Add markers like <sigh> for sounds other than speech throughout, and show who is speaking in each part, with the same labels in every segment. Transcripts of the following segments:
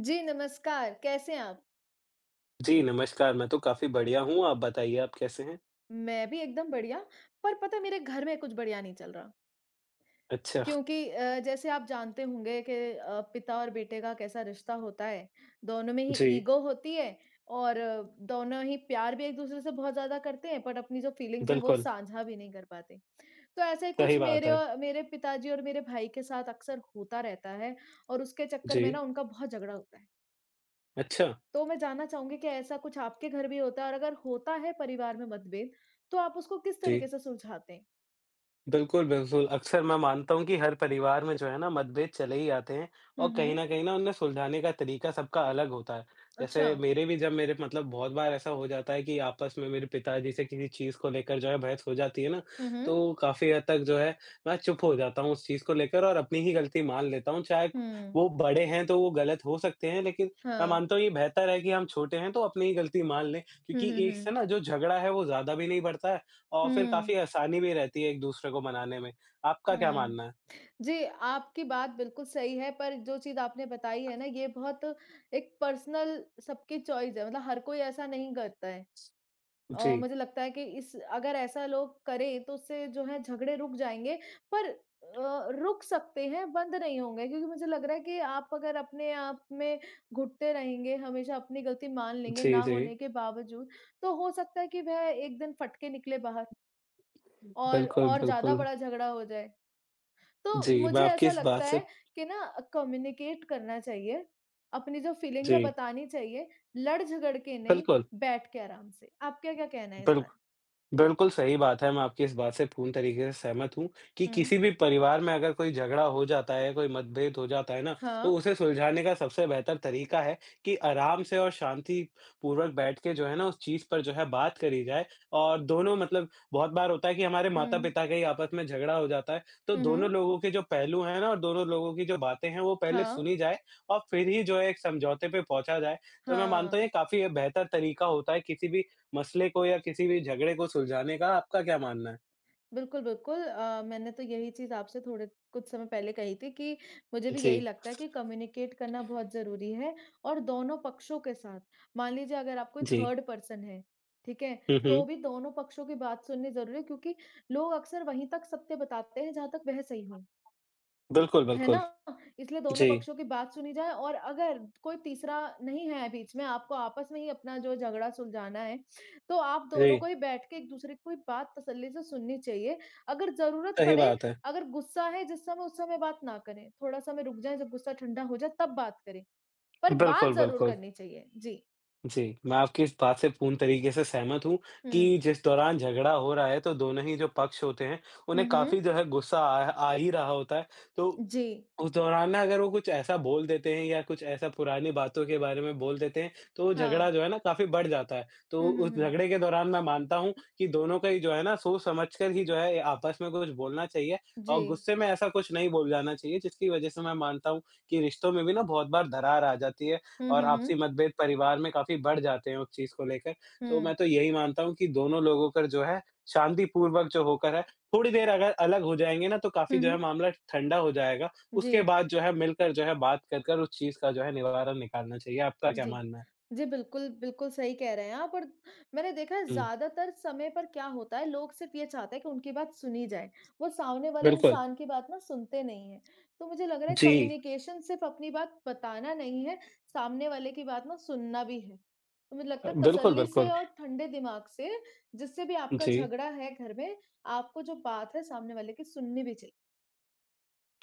Speaker 1: जी, नमस्कार, कैसे हैं आप?
Speaker 2: जी, नमस्कार। मैं तो काफ़ी बढ़िया हूँ, आप बताइए आप कैसे हैं?
Speaker 1: मैं भी एकदम बढ़िया, पर पता है मेरे घर में कुछ बढ़िया नहीं चल रहा
Speaker 2: अच्छा,
Speaker 1: क्योंकि जैसे आप जानते होंगे कि पिता और बेटे का कैसा रिश्ता होता है, दोनों में ही
Speaker 2: जी,
Speaker 1: ईगो होती है और दोनों ही प्यार भी एक-दूसरे से बहुत ज़्यादा करते हैं, बट अपनी जो फीलिंग्स हैं वो
Speaker 2: बिल्कुल,
Speaker 1: साझा भी नहीं कर पाते। तो ऐसा ही
Speaker 2: सही
Speaker 1: कुछ
Speaker 2: बात है।
Speaker 1: मेरे पिताजी और मेरे भाई के साथ अक्सर होता रहता है और उसके चक्कर
Speaker 2: जी,
Speaker 1: में ना उनका बहुत झगड़ा होता है।
Speaker 2: अच्छा,
Speaker 1: तो मैं जानना चाहूँगी कि ऐसा कुछ आपके घर भी होता है और अगर होता है परिवार में मतभेद, तो आप उसको किस
Speaker 2: जी।
Speaker 1: तरीके से सुलझाते हैं?
Speaker 2: बिल्कुल, बिल्कुल। अक्सर मैं मानता हूँ कि हर परिवार में जो है ना मतभेद चले ही आते हैं और
Speaker 1: हुँ,
Speaker 2: कहीं
Speaker 1: हुँ।
Speaker 2: न कहीं ना उन्हें सुलझाने का तरीका सबका अलग होता है।
Speaker 1: अच्छा।
Speaker 2: जैसे मेरे भी जब मेरे मतलब बहुत बार ऐसा हो जाता है कि आपस में मेरे पिताजी से किसी चीज़ को लेकर जो है बहस हो जाती है ना,
Speaker 1: हुँ, हुँ।
Speaker 2: तो काफ़ी हद तक जो है मैं चुप हो जाता हूँ उस चीज़ को लेकर और अपनी ही गलती मान लेता हूँ। चाहे
Speaker 1: हुँ,
Speaker 2: वो बड़े हैं तो वो गलत हो सकते हैं, लेकिन मैं
Speaker 1: हाँ।
Speaker 2: मानता हूँ ये बेहतर है कि हम छोटे हैं तो अपनी ही गलती मान लें
Speaker 1: हुँ,
Speaker 2: क्योंकि
Speaker 1: हुँ,
Speaker 2: एक से
Speaker 1: हुँ।
Speaker 2: ना जो झगड़ा है वो ज़्यादा भी नहीं बढ़ता है और फिर काफ़ी
Speaker 1: हुँ,
Speaker 2: आसानी भी रहती है एक-दूसरे को मनाने में। आपका क्या
Speaker 1: हुँ।
Speaker 2: मानना है?
Speaker 1: जी, आपकी बात बिल्कुल सही है पर जो चीज़ आपने बताई है ना ये बहुत एक पर्सनल सबकी चॉइस है मतलब हर कोई ऐसा नहीं करता है।
Speaker 2: जी,
Speaker 1: मुझे लगता है कि इस अगर ऐसा लोग करें तो उससे जो है झगड़े रुक जाएँगे पर रुक सकते हैं, बंद नहीं होंगे क्योंकि मुझे लग रहा है कि आप अगर अपने आप में घुटते रहेंगे, हमेशा अपनी गलती मान लेंगे
Speaker 2: जी,
Speaker 1: ना
Speaker 2: जी।
Speaker 1: होने के बावजूद, तो हो सकता है कि वह एक दिन फट के निकले बाहर और
Speaker 2: बिल्कुल,
Speaker 1: और ज़्यादा
Speaker 2: बिल्कुल।
Speaker 1: बड़ा झगड़ा हो जाए। तो
Speaker 2: जी, मैं
Speaker 1: मुझे
Speaker 2: आपकी
Speaker 1: ऐसा
Speaker 2: इस बात
Speaker 1: लगता
Speaker 2: से
Speaker 1: है कि ना कम्युनिकेट करना चाहिए, अपनी जो फीलिंग्स है
Speaker 2: जी,
Speaker 1: बतानी चाहिए, लड़ झगड़ के नहीं,
Speaker 2: बिल्कुल,
Speaker 1: बैठ के आराम से। आपका क्या कहना है इस बारे?
Speaker 2: बिल्कुल। बिल्कुल सही बात है, मैं आपकी इस बात से पूर्ण तरीके से सहमत हूँ कि
Speaker 1: हुँ।
Speaker 2: किसी भी परिवार में अगर कोई झगड़ा हो जाता है, कोई मतभेद हो जाता है ना, तो
Speaker 1: हाँ।
Speaker 2: उसे सुलझाने का सबसे बेहतर तरीका है कि आराम से और शांतिपूर्वक बैठ के जो है ना, उस चीज़ पर जो है बात करी जाए और दोनों मतलब बहुत बार होता है कि हमारे
Speaker 1: हुँ।
Speaker 2: माता-पिता का ही आपस में झगड़ा हो जाता है, तो
Speaker 1: हुँ,
Speaker 2: दोनों
Speaker 1: हुँ।
Speaker 2: लोगों के जो पहलू हैं ना और दोनों लोगों की जो बातें हैं, वो पहले
Speaker 1: हाँ,
Speaker 2: सुनी जाए और फिर ही जो है एक समझौते पे पहुँचा जाए। तो मैं मानता हूँ
Speaker 1: हाँ।
Speaker 2: ये काफ़ी बेहतर तरीका होता है किसी भी मसले को या किसी भी झगड़े को सुलझाने का आपका क्या मानना है?
Speaker 1: बिल्कुल, बिल्कुल मैंने तो यही चीज़ आपसे थोड़े कुछ समय पहले कही थी कि मुझे भी यही
Speaker 2: जी,
Speaker 1: लगता है कि कम्युनिकेट करना बहुत ज़रूरी है और दोनों पक्षों के साथ। मान लीजिए अगर आप कोई
Speaker 2: जी।
Speaker 1: थर्ड पर्सन है, ठीक है?
Speaker 2: हुँ, हुँ।
Speaker 1: तो भी दोनों पक्षों की बात सुननी ज़रूरी है क्योंकि लोग अक्सर वहीं तक सत्य बताते हैं जहाँ तक वह सही हो।
Speaker 2: बिल्कुल,
Speaker 1: है ना?
Speaker 2: बिल्कुल।
Speaker 1: इसलिए दोनों
Speaker 2: जी,
Speaker 1: पक्षों की बात सुनी जाए और अगर कोई तीसरा नहीं है बीच में, आपको आपस में ही अपना जो झगड़ा सुलझाना है, तो आप
Speaker 2: जी।
Speaker 1: दोनों को ही बैठ के एक-दूसरे की बात तसल्ली से सुननी चाहिए। अगर ज़रूरत
Speaker 2: सही
Speaker 1: पड़े,
Speaker 2: बात है।
Speaker 1: अगर गुस्सा है जिस समय, उस समय बात ना करें। थोड़ा समय रुक जाएँ, जब गुस्सा ठंडा हो जाए तब बात करें, पर बात
Speaker 2: बिल्कुल,
Speaker 1: ज़रूर
Speaker 2: बिल्कुल।
Speaker 1: करनी चाहिए। जी।
Speaker 2: जी, मैं आपकी इस बात से पूर्ण तरीके से सहमत हूँ कि
Speaker 1: हुँ।
Speaker 2: जिस दौरान झगड़ा हो रहा है, तो दोनों ही जो पक्ष होते हैं, उन्हें
Speaker 1: हुँ,
Speaker 2: काफ़ी
Speaker 1: हुँ।
Speaker 2: जो है गुस्सा आ आ ही रहा होता है। तो
Speaker 1: जी।
Speaker 2: उस दौरान ना अगर वो कुछ ऐसा बोल देते हैं या कुछ ऐसा पुरानी बातों के बारे में बोल देते हैं, तो
Speaker 1: हाँ।
Speaker 2: झगड़ा जो है ना काफ़ी बढ़ जाता है। तो
Speaker 1: हुँ,
Speaker 2: उस
Speaker 1: हुँ, हुँ।
Speaker 2: झगड़े के दौरान मैं मानता हूँ कि दोनों का ही जो है ना सोच-समझ कर ही जो है आपस में कुछ बोलना चाहिए
Speaker 1: जी।
Speaker 2: और गुस्से में ऐसा कुछ नहीं बोल जाना चाहिए, जिसकी वजह से मैं मानता हूँ कि रिश्तों में भी ना बहुत बार दरार आ जाती है।
Speaker 1: हुँ,
Speaker 2: और
Speaker 1: हुँ, हुँ।
Speaker 2: आपसी मतभेद परिवार में काफ़ी बढ़ जाते हैं उस चीज़ को लेकर। तो मैं
Speaker 1: हुँ।
Speaker 2: तो यही मानता हूँ कि दोनों लोगों का जो है शांतिपूर्वक जो होकर है, थोड़ी देर अगर अलग हो जाएँगे ना तो काफ़ी
Speaker 1: हुँ,
Speaker 2: जो है
Speaker 1: हुँ।
Speaker 2: मामला ठंडा हो जाएगा।
Speaker 1: जी।
Speaker 2: उसके बाद जो है मिलकर जो है बात कर कर उस चीज़ का जो है निवारण निकालना चाहिए। आपका क्या
Speaker 1: जी।
Speaker 2: मानना है?
Speaker 1: जी, बिल्कुल, बिल्कुल सही कह रहे हैं आप और मैंने देखा है
Speaker 2: हुँ,
Speaker 1: ज़्यादातर समय पर क्या होता है, लोग सिर्फ़ ये चाहते हैं कि उनकी बात सुनी जाए। वो सामने वाले
Speaker 2: बिल्कुल।
Speaker 1: इंसान की बात ना सुनते नहीं हैं। तो मुझे लग रहा है
Speaker 2: जी।
Speaker 1: कम्युनिकेशन सिर्फ़ अपनी बात बताना नहीं है, सामने वाले की बात ना सुनना भी है। तो मुझे लगता है
Speaker 2: बिल्कुल,
Speaker 1: तसल्ली से
Speaker 2: बिल्कुल।
Speaker 1: और ठंडे दिमाग से जिससे भी आपका
Speaker 2: जी।
Speaker 1: झगड़ा है घर में, आपको जो बात है सामने वाले की सुननी भी चाहिए।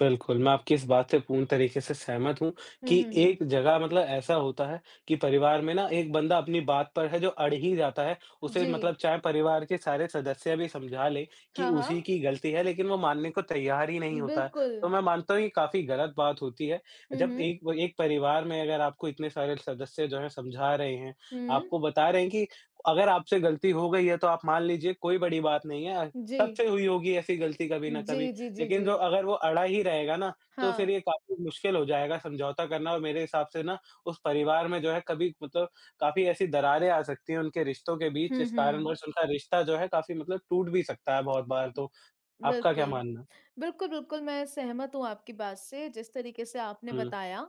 Speaker 2: बिल्कुल, मैं आपकी इस बात से पूर्ण तरीके से सहमत हूँ
Speaker 1: हुँ,
Speaker 2: कि
Speaker 1: हुँ, हुँ।
Speaker 2: एक जगह मतलब ऐसा होता है कि परिवार में ना एक बंदा अपनी बात पर है जो अड़ ही जाता है। उसे
Speaker 1: जी।
Speaker 2: मतलब चाहे परिवार के सारे सदस्य भी समझा लें कि
Speaker 1: हाँ,
Speaker 2: उसी
Speaker 1: हाँ।
Speaker 2: की गलती है, लेकिन वो मानने को तैयार ही नहीं होता है।
Speaker 1: बिल्कुल।
Speaker 2: तो मैं मानता हूँ ये काफ़ी गलत बात होती है।
Speaker 1: हुँ,
Speaker 2: जब
Speaker 1: हुँ।
Speaker 2: एक व एक परिवार में अगर आपको इतने सारे सदस्य जो हैं समझा रहे हैं,
Speaker 1: हुँ।
Speaker 2: आपको बता रहे हैं कि अगर आपसे गलती हो गई है तो आप मान लीजिए कोई बड़ी बात नहीं है,
Speaker 1: जी।
Speaker 2: सबसे हुई होगी ऐसी गलती कभी न
Speaker 1: जी,
Speaker 2: कभी।
Speaker 1: जी, जी,
Speaker 2: लेकिन
Speaker 1: जी।
Speaker 2: जो अगर वो अड़ा ही रहेगा ना, तो
Speaker 1: हाँ।
Speaker 2: फिर ये काफ़ी मुश्किल हो जाएगा समझौता करना और मेरे हिसाब से ना उस परिवार में जो है कभी मतलब काफ़ी ऐसी दरारें आ सकती हैं उनके रिश्तों के बीच,
Speaker 1: हुँ,
Speaker 2: जिस
Speaker 1: हुँ।
Speaker 2: कारणवश उनका रिश्ता जो है काफ़ी मतलब टूट भी सकता है बहुत बार तो। आपका क्या
Speaker 1: बिल्कुल।
Speaker 2: मानना?
Speaker 1: बिल्कुल, बिल्कुल, मैं सहमत हूँ आपकी बात से, जिस तरीके से आपने
Speaker 2: हुँ,
Speaker 1: बताया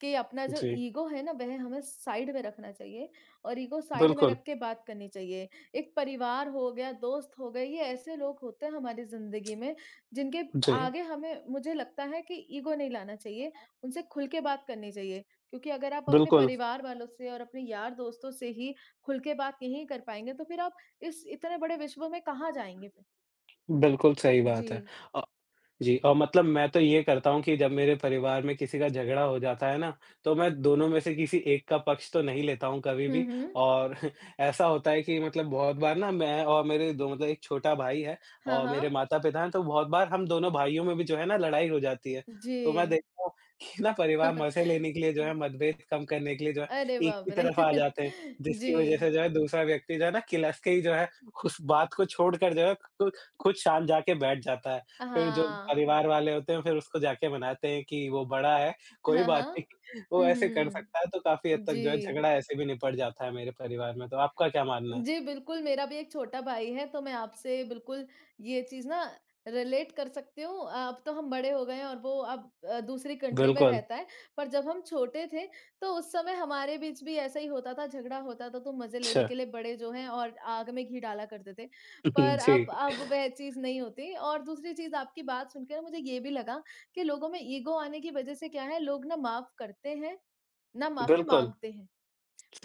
Speaker 1: कि अपना जो
Speaker 2: जी,
Speaker 1: ईगो है ना, वह हमें साइड में रखना चाहिए और ईगो साइड में
Speaker 2: बिल्कुल।
Speaker 1: रख के बात करनी चाहिए। एक परिवार हो गया, दोस्त हो गए, ये ऐसे लोग होते हैं हमारी ज़िंदगी में, जिनके
Speaker 2: जी,
Speaker 1: आगे हमें मुझे लगता है कि ईगो नहीं लाना चाहिए, उनसे खुल के बात करनी चाहिए। क्योंकि अगर आप अपने
Speaker 2: बिल्कुल।
Speaker 1: परिवार वालों से और अपने यार दोस्तों से ही खुल के बात नहीं कर पाएँगे, तो फिर आप इस इतने बड़े विश्व में कहाँ जाएँगे फिर?
Speaker 2: बिल्कुल सही बात
Speaker 1: जी।
Speaker 2: है। अ, जी और मतलब मैं तो ये करता हूँ कि जब मेरे परिवार में किसी का झगड़ा हो जाता है ना, तो मैं दोनों में से किसी एक का पक्ष तो नहीं लेता हूँ कभी
Speaker 1: हुँ,
Speaker 2: भी
Speaker 1: हुँ।
Speaker 2: और <laughs> ऐसा होता है कि मतलब बहुत बार ना मैं और मेरे दो मतलब एक छोटा भाई है
Speaker 1: हाँ,
Speaker 2: और मेरे
Speaker 1: हाँ।
Speaker 2: माता-पिता हैं, तो बहुत बार हम दोनों भाइयों में भी जो है ना लड़ाई हो जाती है।
Speaker 1: जी।
Speaker 2: तो मैं देखता हूँ <laughs> कि ना परिवार मज़े
Speaker 1: <laughs>
Speaker 2: लेने के लिए जो है मतभेद कम करने के लिए जो है
Speaker 1: अरे
Speaker 2: एक की
Speaker 1: बाप रे!
Speaker 2: तरफ आ जाते हैं,
Speaker 1: <laughs> जी।
Speaker 2: जिसकी वज़ह से जो है दूसरा व्यक्ति जो है ना किलस के ही जो है उस बात को छोड़कर जो है कुछ शाम जाके बैठ जाता है। फिर जो
Speaker 1: हाँ।
Speaker 2: परिवार वाले होते हैं, फिर उसको जाके मनाते हैं कि वो बड़ा है, कोई
Speaker 1: हाँ,
Speaker 2: बात
Speaker 1: हाँ।
Speaker 2: नहीं, <laughs> वो
Speaker 1: हुँ,
Speaker 2: ऐसे कर
Speaker 1: हुँ।
Speaker 2: सकता है, तो काफ़ी हद तक
Speaker 1: जी।
Speaker 2: जो है झगड़ा ऐसे भी निपट जाता है मेरे परिवार में, तो आपका क्या मानना है?
Speaker 1: जी, बिल्कुल, मेरा भी एक छोटा भाई है, तो मैं आपसे बिल्कुल ये चीज़ ना रिलेट कर सकती हूँ। अब तो हम बड़े हो गए हैं और वो दूसरी कंट्री में
Speaker 2: बिल्कुल,
Speaker 1: रहता है, पर जब हम छोटे थे, तो उस समय हमारे बीच भी ऐसा ही होता था, झगड़ा होता था, तो मज़े
Speaker 2: अच्छा,
Speaker 1: लेने के लिए बड़े जो हैं और आग में घी डाला करते थे।
Speaker 2: <laughs>
Speaker 1: पर अब
Speaker 2: जी,
Speaker 1: अब वह चीज़ नहीं होती और दूसरी चीज़ आपकी बात सुन के ना मुझे ये भी लगा कि लोगों में ईगो आने की वज़ह से क्या है, लोग ना माफ़ करते हैं, ना माफ़ी
Speaker 2: बिल्कुल,
Speaker 1: माँगते हैं।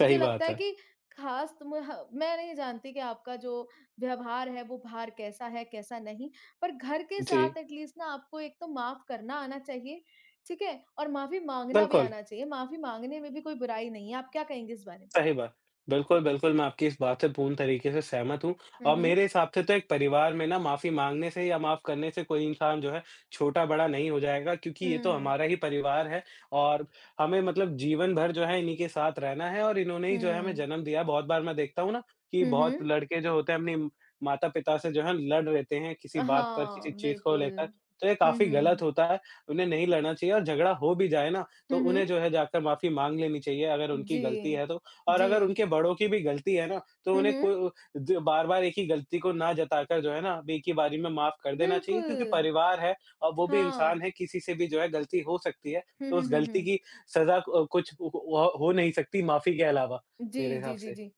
Speaker 1: मुझे लगता
Speaker 2: बात
Speaker 1: है
Speaker 2: है।
Speaker 1: कि खास तुम ह मैं नहीं जानती कि आपका जो व्यवहार है वो बाहर कैसा है, कैसा नहीं, पर घर के
Speaker 2: जी,
Speaker 1: साथ एट लीस्ट ना आपको एक तो माफ़ करना आना चाहिए, ठीक है? और माफ़ी माँगना भी
Speaker 2: बिल्कुल।
Speaker 1: आना चाहिए, माफ़ी माँगने में भी कोई बुराई नहीं है। आप क्या कहेंगे इस बारे में?
Speaker 2: सही बात। बिल्कुल, बिल्कुल, मैं आपकी इस बात से पूर्ण तरीके से सहमत हूँ
Speaker 1: हुँ,
Speaker 2: और
Speaker 1: हुँ।
Speaker 2: मेरे हिसाब से तो एक परिवार में ना माफ़ी माँगने से या माफ़ करने से कोई इंसान जो है छोटा-बड़ा नहीं हो जाएगा क्योंकि ये तो
Speaker 1: हुँ,
Speaker 2: हमारा ही परिवार है और हमें मतलब जीवन भर जो है इन्हीं के साथ रहना है और इन्होंने ही जो है हमें
Speaker 1: हुँ।
Speaker 2: जन्म दिया है। बहुत बार मैं देखता हूँ ना कि
Speaker 1: हुँ, हुँ।
Speaker 2: बहुत लड़के जो होते हैं अपने माता-पिता से जो है लड़ लेते हैं किसी बात पर, किसी
Speaker 1: हाँ,
Speaker 2: चीज़ को
Speaker 1: बिल्कुल।
Speaker 2: लेकर, तो ये
Speaker 1: हुँ,
Speaker 2: काफ़ी
Speaker 1: हुँ,
Speaker 2: गलत
Speaker 1: हुँ।
Speaker 2: होता है। उन्हें नहीं लड़ना चाहिए और झगड़ा हो भी जाए ना, तो
Speaker 1: हुँ,
Speaker 2: उन्हें
Speaker 1: हुँ।
Speaker 2: जो है जाकर माफ़ी माँग लेनी चाहिए अगर उनकी
Speaker 1: जी।
Speaker 2: गलती है तो। और
Speaker 1: जी।
Speaker 2: अगर उनके बड़ों की भी गलती है ना, तो
Speaker 1: हुँ,
Speaker 2: उन्हें
Speaker 1: हुँ।
Speaker 2: को द बार-बार एक ही गलती को ना जताकर जो है ना, अब एक ही बारी में माफ़ कर देना चाहिए
Speaker 1: बिल्कुल।
Speaker 2: क्योंकि परिवार है और वो भी
Speaker 1: हाँ।
Speaker 2: इंसान है, किसी से भी जो है गलती हो सकती है।
Speaker 1: हुँ,
Speaker 2: तो
Speaker 1: हुँ,
Speaker 2: उस
Speaker 1: हुँ, हुँ।
Speaker 2: गलती की सज़ा क कुछ हो नहीं सकती माफ़ी के अलावा मेरे
Speaker 1: जी,
Speaker 2: हिसाब
Speaker 1: जी, जी,
Speaker 2: से।
Speaker 1: जी।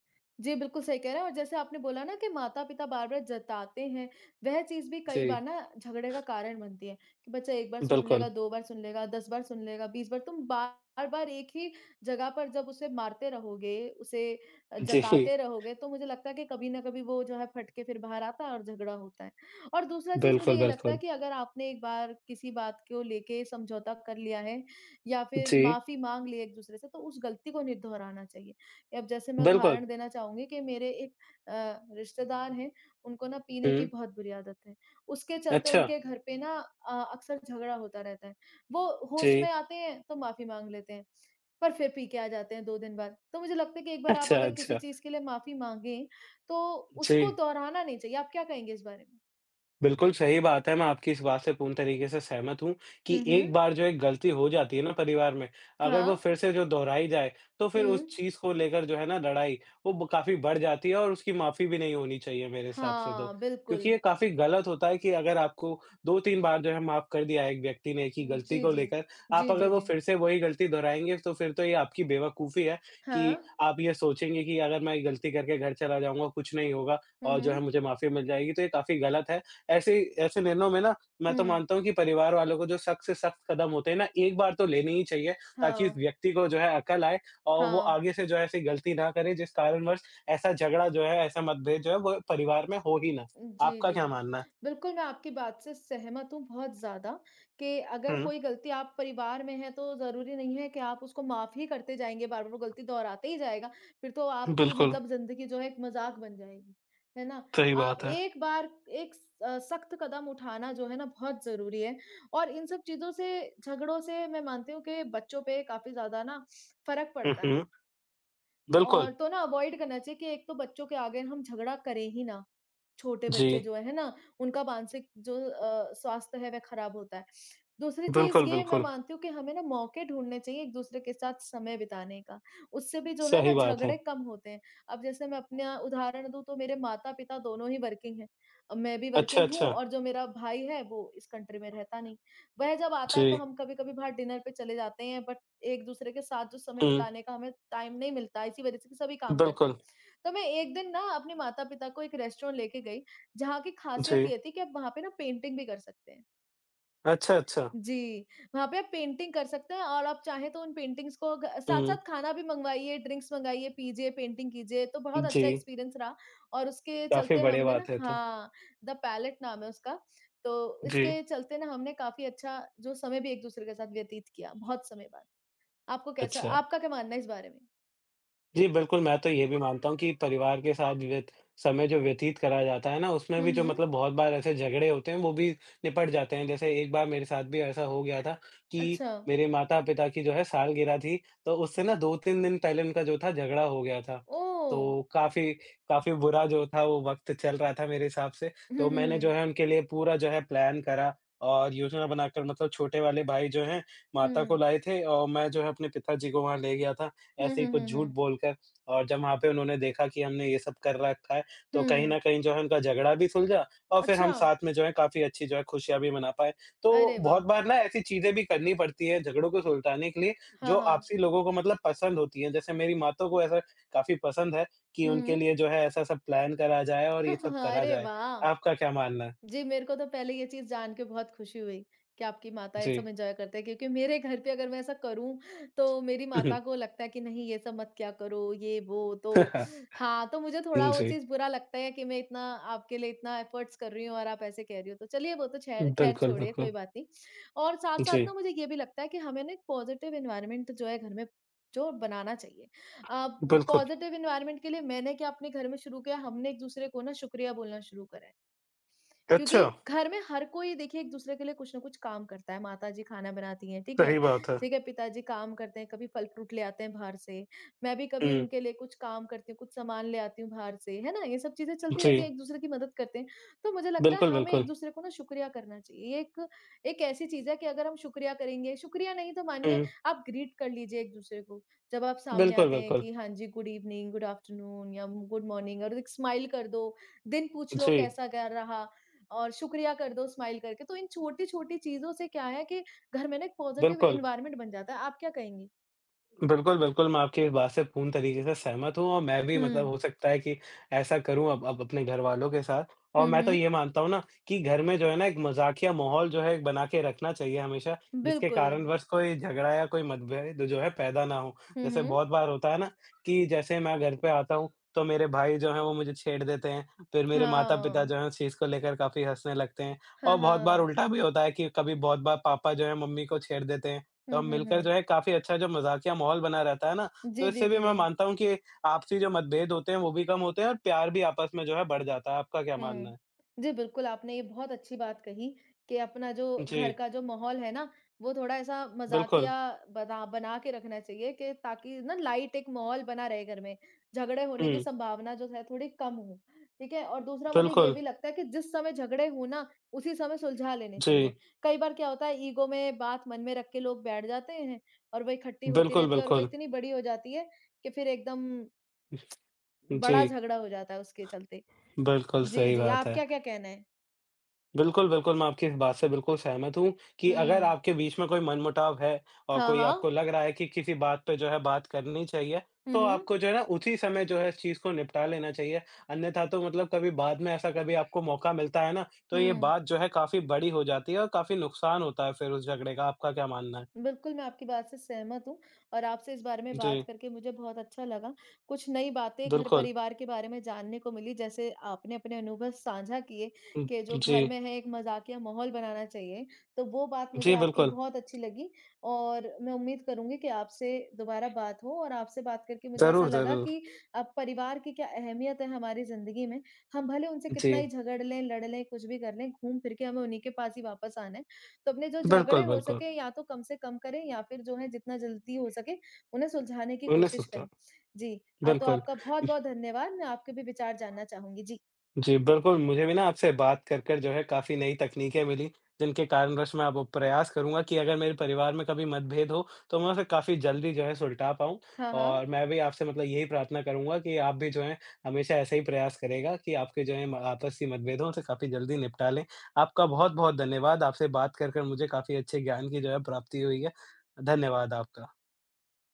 Speaker 1: जी, बिल्कुल सही कह रहे हैं और जैसे आपने बोला ना कि माता-पिता बार-बार जताते हैं, वह चीज़ भी कई बार
Speaker 2: जी,
Speaker 1: ना झगड़े का कारण बनती है कि बच्चा 1 बार सुन
Speaker 2: बिल्कुल।
Speaker 1: लेगा, 2 बार सुन लेगा, 10 बार सुन लेगा, 20 बार। तुम बार-बार एक ही जगह पर जब उसे मारते रहोगे, उसे
Speaker 2: जी,
Speaker 1: जताते रहोगे, तो मुझे लगता है कि कभी न कभी वो जो है फट के फिर बाहर आता है और झगड़ा होता है। और दूसरा चीज़ मुझे
Speaker 2: बिल्कुल,
Speaker 1: ये लगता है
Speaker 2: बिल्कुल।
Speaker 1: कि अगर आपने एक बार किसी बात को लेके समझौता कर लिया है या फिर
Speaker 2: जी,
Speaker 1: माफ़ी माँग ली है एक-दूसरे से, तो उस गलती को नहीं दोहराना चाहिए। अब जैसे मैं
Speaker 2: बिल्कुल।
Speaker 1: उदाहरण देना चाहूँगी कि मेरे एक रिश्तेदार हैं, उनको ना पीने की
Speaker 2: हुँ,
Speaker 1: बहुत बुरी आदत है। उसके चलते
Speaker 2: अच्छा।
Speaker 1: उनके घर पे ना अक्सर झगड़ा होता रहता है। वो होश
Speaker 2: जी,
Speaker 1: में आते हैं तो माफ़ी माँग लेते हैं, पर फिर पी के आ जाते हैं 2 दिन बाद। तो मुझे लगता है कि एक बार आप
Speaker 2: अच्छा,
Speaker 1: अगर किसी
Speaker 2: अच्छा।
Speaker 1: चीज़ के लिए माफ़ी माँगे, तो
Speaker 2: जी।
Speaker 1: उसको दोहराना नहीं चाहिए। आप क्या कहेंगे इस बारे में?
Speaker 2: बिल्कुल सही बात है। मैं आपकी इस बात से पूर्ण तरीके से सहमत हूँ कि
Speaker 1: हुँ,
Speaker 2: एक
Speaker 1: हुँ।
Speaker 2: बार जो एक गलती हो जाती है ना परिवार में, अगर वो
Speaker 1: हाँ।
Speaker 2: फिर से जो दोहराई जाए, तो फिर
Speaker 1: हुँ।
Speaker 2: उस चीज़ को लेकर जो है ना लड़ाई, वो ब काफ़ी बढ़ जाती है और उसकी माफ़ी भी नहीं होनी चाहिए मेरे हिसाब से तो।
Speaker 1: हाँ,
Speaker 2: क्योंकि
Speaker 1: बिल्कुल।
Speaker 2: ये काफ़ी गलत होता है कि अगर आपको 2-3 बार जो है माफ़ कर दिया है एक व्यक्ति ने एक ही गलती
Speaker 1: जी,
Speaker 2: को
Speaker 1: जी।
Speaker 2: लेकर, आप
Speaker 1: जी,
Speaker 2: अगर
Speaker 1: जी,
Speaker 2: वो
Speaker 1: जी।
Speaker 2: फिर से वही गलती दोहराएँगे तो फिर तो ये आपकी बेवकूफ़ी है कि
Speaker 1: हाँ।
Speaker 2: आप ये सोचेंगे कि अगर मैं गलती करके घर चला जाऊँगा, कुछ नहीं होगा
Speaker 1: हुँ,
Speaker 2: और जो है
Speaker 1: हुँ।
Speaker 2: मुझे माफ़ी मिल जाएगी, तो ये काफ़ी गलत है। ऐसे ऐसे निर्णयों में ना मैं तो
Speaker 1: हुँ।
Speaker 2: मानता हूँ कि परिवार वालों को जो सख्त से सख्त कदम होते हैं ना, एक बार तो लेने ही चाहिए ताकि इस
Speaker 1: हाँ।
Speaker 2: व्यक्ति को जो है अकल आए और वो
Speaker 1: हाँ।
Speaker 2: आगे से जो है ऐसी गलती ना करे जिस कारणवश ऐसा झगड़ा जो है, ऐसा मतभेद जो है वो परिवार में हो ही ना।
Speaker 1: जी,
Speaker 2: आपका
Speaker 1: जी,
Speaker 2: क्या
Speaker 1: जी, जी।
Speaker 2: मानना है?
Speaker 1: बिल्कुल, मैं आपकी बात से सहमत हूँ बहुत ज़्यादा कि अगर
Speaker 2: हुँ,
Speaker 1: कोई गलती आप परिवार में है, तो ज़रूरी नहीं है कि आप उसको माफ़ ही करते जाएँगे, बार-बार वो गलती दोहराते ही जाएगा, फिर तो आपकी
Speaker 2: बिल्कुल,
Speaker 1: मतलब ज़िंदगी जो है एक मज़ाक बन जाएगी, है ना?
Speaker 2: सही
Speaker 1: आप
Speaker 2: बात है।
Speaker 1: एक बार एक सख्त कदम उठाना जो है ना बहुत ज़रूरी है और इन सब चीज़ों से, झगड़ों से मैं मानती हूँ कि बच्चों पे काफ़ी ज़्यादा ना फ़र्क
Speaker 2: हुँ,
Speaker 1: पड़ता है
Speaker 2: हुँ, बिल्कुल,
Speaker 1: और तो ना अवॉइड करना चाहिए कि एक तो बच्चों के आगे हम झगड़ा करें ही ना। छोटे
Speaker 2: जी।
Speaker 1: बच्चे जो है ना, उनका मानसिक जो स्वास्थ्य है वह खराब होता है। दूसरी चीज़
Speaker 2: बिल्कुल,
Speaker 1: ये मैं
Speaker 2: बिल्कुल,
Speaker 1: मानती हूँ कि हमें ना मौके ढूँढने चाहिए एक-दूसरे के साथ समय बिताने का, उससे भी जो है ना
Speaker 2: सही बात है।
Speaker 1: झगड़े कम होते हैं। अब जैसे मैं अपना उदाहरण दूँ तो मेरे माता-पिता दोनों ही वर्किंग हैं। मैं भी
Speaker 2: अच्छा,
Speaker 1: वर्किंग हूँ
Speaker 2: अच्छा,
Speaker 1: और जो मेरा भाई है वो इस कंट्री में रहता नहीं। वह जब आता
Speaker 2: जी।
Speaker 1: है तो हम कभी-कभी बाहर डिनर पे चले जाते हैं बट एक-दूसरे के साथ जो समय
Speaker 2: हुँ,
Speaker 1: बिताने का हमें टाइम नहीं मिलता है, इसी वजह से कि सभी काम करते हैं।
Speaker 2: बिल्कुल,
Speaker 1: तो मैं एक दिन ना अपने माता-पिता को एक रेस्टोरेंट लेके गई, जहाँ की ख़ासियत
Speaker 2: जी।
Speaker 1: ये थी कि आप वहाँ पे ना पेंटिंग भी कर सकते हैं।
Speaker 2: अच्छा, अच्छा।
Speaker 1: जी, वहाँ पे आप पेंटिंग कर सकते हैं और आप चाहें तो उन पेंटिंग्स को घ
Speaker 2: हुँ,
Speaker 1: साथ-साथ खाना भी मँगवाइए, ड्रिंक्स मँगाइए, पीजिए, पेंटिंग कीजिए, तो बहुत
Speaker 2: जी,
Speaker 1: अच्छा एक्सपीरियंस रहा और उसके
Speaker 2: काफ़ी
Speaker 1: चलते
Speaker 2: बढ़िया
Speaker 1: हमने ना
Speaker 2: बात है ये तो।
Speaker 1: हाँ, द पैलेट नाम है उसका, तो
Speaker 2: जी,
Speaker 1: इसके चलते ना हमने काफ़ी अच्छा जो समय भी एक-दूसरे के साथ व्यतीत किया, बहुत समय बाद। आपको कैसा
Speaker 2: अच्छा।
Speaker 1: आपका क्या मानना है इस बारे में?
Speaker 2: जी, बिल्कुल, मैं तो ये भी मानता हूँ कि परिवार के साथ व्यत समय जो व्यतीत करा जाता है ना, उसमें
Speaker 1: हुँ,
Speaker 2: भी जो
Speaker 1: हुँ।
Speaker 2: मतलब बहुत बार ऐसे झगड़े होते हैं, वो भी निपट जाते हैं। जैसे एक बार मेरे साथ भी ऐसा हो गया था कि
Speaker 1: अच्छा।
Speaker 2: मेरे माता-पिता की जो है सालगिरह थी, तो उससे ना 2-3 दिन पहले उनका जो था झगड़ा हो गया था। तो
Speaker 1: ओह!
Speaker 2: काफ़ी काफ़ी बुरा जो था वो वक़्त चल रहा था मेरे हिसाब से,
Speaker 1: हुँ,
Speaker 2: तो
Speaker 1: हुँ,
Speaker 2: मैंने जो
Speaker 1: हुँ।
Speaker 2: है उनके लिए पूरा जो है प्लान करा और योजना बनाकर मतलब छोटे वाले भाई जो हैं
Speaker 1: हुँ।
Speaker 2: माता को लाए थे और मैं जो है अपने पिताजी को वहाँ ले गया था।
Speaker 1: हुँ,
Speaker 2: ऐसे ही
Speaker 1: हुँ,
Speaker 2: कुछ
Speaker 1: हुँ,
Speaker 2: झूठ
Speaker 1: हुँ।
Speaker 2: बोलकर और जब वहाँ पे उन्होंने देखा कि हमने ये सब कर रखा है, तो कहीं
Speaker 1: हुँ।
Speaker 2: न कहीं जो है उनका झगड़ा भी सुलझा और फिर हम
Speaker 1: अच्छा!
Speaker 2: साथ में जो है काफ़ी अच्छी जो है खुशियाँ भी मना पाए। तो
Speaker 1: अरे
Speaker 2: बहुत
Speaker 1: वाह!
Speaker 2: बार ना ऐसी चीज़ें भी करनी पड़ती हैं झगड़ों को सुलझाने के लिए जो
Speaker 1: हाँ, हाँ।
Speaker 2: आपसी लोगों को मतलब पसंद होती हैं। जैसे मेरी माता को ऐसा काफ़ी पसंद है कि उनके
Speaker 1: हुँ।
Speaker 2: लिए जो है ऐसा-ऐसा प्लान करा जाए और ये सब
Speaker 1: <laughs>
Speaker 2: करा
Speaker 1: अरे
Speaker 2: जाए।
Speaker 1: वाह!
Speaker 2: आपका क्या मानना है?
Speaker 1: जी, मेरे को तो पहले ये चीज़ जान के बहुत खुशी हुई कि आपकी माता ये
Speaker 2: जी।
Speaker 1: सब एन्जॉय करते हैं क्योंकि मेरे घर पे अगर मैं ऐसा करूँ, तो मेरी माता
Speaker 2: <laughs>
Speaker 1: को लगता है कि नहीं ये सब मत क्या करो, ये वो तो हाँ, तो मुझे थोड़ा वो
Speaker 2: जी।
Speaker 1: चीज़ बुरा लगता है कि मैं इतना आपके लिए इतना एफ़र्ट्स कर रही हूँ और आप ऐसे कह रही हो। तो चलिए वो तो छैर ख़ैर
Speaker 2: बिल्कुल,
Speaker 1: छोड़िए
Speaker 2: बिल्कुल।
Speaker 1: कोई बात नहीं और साथ-साथ ना
Speaker 2: जी,
Speaker 1: मुझे ये भी लगता है कि हमें ना एक पॉज़िटिव एनवायरनमेंट जो है घर में जो बनाना चाहिए। अ,
Speaker 2: बिल्कुल।
Speaker 1: पॉज़िटिव एनवायरनमेंट के लिए मैंने क्या अपने घर में शुरू किया, हमने एक-दूसरे को ना शुक्रिया बोलना शुरू करा है।
Speaker 2: अच्छा,
Speaker 1: क्योंकि घर में हर कोई देखिए एक-दूसरे के लिए कुछ न कुछ काम करता है, माताजी खाना बनाती हैं, ठीक है?
Speaker 2: सही बात है।
Speaker 1: ठीक है, पिताजी काम करते हैं, कभी फल-फ्रूट ले आते हैं बाहर से, मैं भी कभी
Speaker 2: हुँ,
Speaker 1: उनके लिए कुछ काम करती हूँ, कुछ सामान ले आती हूँ बाहर से, है ना? ये सब चीज़ें चलती
Speaker 2: जी।
Speaker 1: रहती हैं, एक-दूसरे की मदद करते हैं। तो मुझे लगता है
Speaker 2: बिल्कुल,
Speaker 1: हमें
Speaker 2: बिल्कुल।
Speaker 1: एक-दूसरे को ना शुक्रिया करना चाहिए, ये एक एक ऐसी चीज़ है कि अगर हम शुक्रिया करेंगे शुक्रिया नहीं तो मानिए
Speaker 2: हुँ,
Speaker 1: आप ग्रीट कर लीजिए एक-दूसरे को, जब आप सामने
Speaker 2: बिल्कुल,
Speaker 1: आते हैं
Speaker 2: बिल्कुल।
Speaker 1: कि हाँ जी, गुड इवनिंग, गुड आफ्टरनून या गुड मॉर्निंग और एक स्माइल कर दो, दिन पूछ लो
Speaker 2: जी,
Speaker 1: कैसा गया रहा और शुक्रिया कर दो स्माइल करके। तो इन छोटी-छोटी चीज़ों से क्या है कि घर में ना एक पॉज़िटिव
Speaker 2: बिल्कुल।
Speaker 1: एनवायरनमेंट बन जाता है। आप क्या कहेंगी?
Speaker 2: बिल्कुल, बिल्कुल, मैं आपकी इस बात से पूर्ण तरीके से सहमत हूँ और मैं भी मतलब
Speaker 1: हुँ।
Speaker 2: हो सकता है कि ऐसा करूँ अब अपने घरवालों के साथ और
Speaker 1: हुँ,
Speaker 2: मैं तो
Speaker 1: हुँ।
Speaker 2: ये मानता हूँ ना कि घर में जो है ना एक मज़ाकिया माहौल जो है बना के रखना चाहिए हमेशा, जिसके
Speaker 1: बिल्कुल।
Speaker 2: कारणवश कोई झगड़ा या कोई मतभेद जो है पैदा ना हो।
Speaker 1: हुँ,
Speaker 2: जैसे
Speaker 1: हुँ।
Speaker 2: बहुत बार होता है ना कि जैसे मैं घर पे आता हूँ, तो मेरे भाई जो हैं वो मुझे छेड़ देते हैं, फिर मेरे माता-पिता
Speaker 1: हाँ।
Speaker 2: जो हैं उस चीज़ को लेकर काफ़ी हँसने लगते हैं
Speaker 1: हाँ,
Speaker 2: और बहुत बार
Speaker 1: हाँ।
Speaker 2: उल्टा भी होता है कि कभी बहुत बार पापा जो हैं मम्मी को छेड़ देते हैं।
Speaker 1: हुँ,
Speaker 2: कब
Speaker 1: हुँ,
Speaker 2: मिलकर जो
Speaker 1: हुँ।
Speaker 2: है काफ़ी अच्छा जो मज़ाकिया माहौल बना रहता है ना, तो
Speaker 1: जी, जी,
Speaker 2: इससे भी
Speaker 1: जी,
Speaker 2: मैं
Speaker 1: जी।
Speaker 2: मानता हूँ कि आपसी जो मतभेद होते हैं वो भी कम होते हैं और प्यार भी आपस में जो है बढ़ जाता है। आपका क्या मानना
Speaker 1: हुँ।
Speaker 2: है?
Speaker 1: जी, बिल्कुल, आपने ये बहुत अच्छी बात कही कि अपना जो घर
Speaker 2: जी,
Speaker 1: का जो माहौल है ना, वो थोड़ा ऐसा
Speaker 2: बिल्कुल।
Speaker 1: मज़ाकिया बना बना के रखना चाहिए कि ताकि ना लाइट एक माहौल बना रहे घर में, झगड़े होने की
Speaker 2: हुँ,
Speaker 1: संभावना जो है थोड़ी कम हो, ठीक है? और दूसरा मुझे ये
Speaker 2: बिल्कुल।
Speaker 1: भी लगता है कि जिस समय झगड़े हों ना, उसी समय सुलझा लेने चाहिए।
Speaker 2: जी,
Speaker 1: कई बार क्या होता है ईगो में बात मन में रख के लोग बैठ जाते हैं और वो इकट्ठी होती
Speaker 2: बिल्कुल,
Speaker 1: रहती है और वो
Speaker 2: बिल्कुल।
Speaker 1: इतनी बड़ी हो जाती है कि फिर एकदम बड़ा
Speaker 2: जी,
Speaker 1: झगड़ा हो जाता है उसके चलते।
Speaker 2: बिल्कुल
Speaker 1: जी,
Speaker 2: सही
Speaker 1: जी,
Speaker 2: बात
Speaker 1: आपका
Speaker 2: है।
Speaker 1: क्या क्या कहना है?
Speaker 2: बिल्कुल, बिल्कुल, मैं आपकी इस बात से बिल्कुल सहमत हूँ कि अगर
Speaker 1: हुँ।
Speaker 2: आपके बीच में कोई मनमुटाव है और
Speaker 1: हाँ,
Speaker 2: कोई
Speaker 1: हाँ।
Speaker 2: आपको लग रहा है कि किसी बात पे जो है बात करनी चाहिए,
Speaker 1: हुँ,
Speaker 2: तो
Speaker 1: हुँ।
Speaker 2: आपको जो है ना उसी समय जो है इस चीज़ को निपटा लेना चाहिए। अन्यथा तो मतलब कभी बाद में ऐसा कभी आपको मौका मिलता है ना, तो ये
Speaker 1: हुँ।
Speaker 2: बात जो है काफ़ी बड़ी हो जाती है और काफ़ी नुकसान होता है फिर उस झगड़े का। आपका क्या मानना है?
Speaker 1: बिल्कुल, मैं आपकी बात से सहमत हूँ और आपसे इस बारे में बात
Speaker 2: जी,
Speaker 1: करके मुझे बहुत अच्छा लगा। कुछ नई बातें
Speaker 2: बिल्कुल।
Speaker 1: घर-परिवार के बारे में जानने को मिली, जैसे आपने अपने अनुभव साझा किए
Speaker 2: उम,
Speaker 1: कि जो
Speaker 2: जी,
Speaker 1: घर में है, एक मज़ाकिया माहौल बनाना चाहिए। तो वो बात मुझे
Speaker 2: जी
Speaker 1: आपकी
Speaker 2: बिल्कुल।
Speaker 1: बहुत अच्छी लगी और मैं उम्मीद करूँगी कि आपसे दोबारा बात हो और आपसे बात करके मुझे ऐसा
Speaker 2: ज़रूर,
Speaker 1: लगा
Speaker 2: ज़रूर।
Speaker 1: कि अब परिवार की क्या अहमियत है हमारी ज़िंदगी में। हम भले उनसे कितना ही
Speaker 2: जी,
Speaker 1: झगड़ लें, लड़ लें, कुछ भी कर लें, घूम फिर के हमें उन्हीं के पास ही वापस आना है। तो अपने जो झगड़े
Speaker 2: बिल्कुल,
Speaker 1: हो
Speaker 2: बिल्कुल।
Speaker 1: सके या तो कम से कम करें या फिर जो है जितना जल्दी हो सके उन्हें सुलझाने की
Speaker 2: उन्हें
Speaker 1: कोशिश
Speaker 2: सकता
Speaker 1: करें। जी, तो
Speaker 2: बिल्कुल।
Speaker 1: आपका बहुत-बहुत धन्यवाद। मैं आपके भी विचार जानना चाहूँगी। जी।
Speaker 2: जी, बिल्कुल, मुझे भी ना आपसे बात कर कर जो है काफ़ी नई तकनीकें मिली, जिनके कारणवश मैं अब वो प्रयास करूँगा कि अगर मेरे परिवार में कभी मतभेद हो, तो मैं उसे काफ़ी जल्दी जो है सुलटा पाऊँ।
Speaker 1: हाँ,
Speaker 2: और
Speaker 1: हाँ।
Speaker 2: मैं भी आपसे मतलब यही प्रार्थना करूँगा कि आप भी जो है हमेशा ऐसा ही प्रयास करेगा कि आपके जो है म आपसी मतभेदों से काफ़ी जल्दी निपटा लें। आपका बहुत-बहुत धन्यवाद, आपसे बात कर कर मुझे काफ़ी अच्छे ज्ञान की जो है प्राप्ति हुई है। धन्यवाद आपका।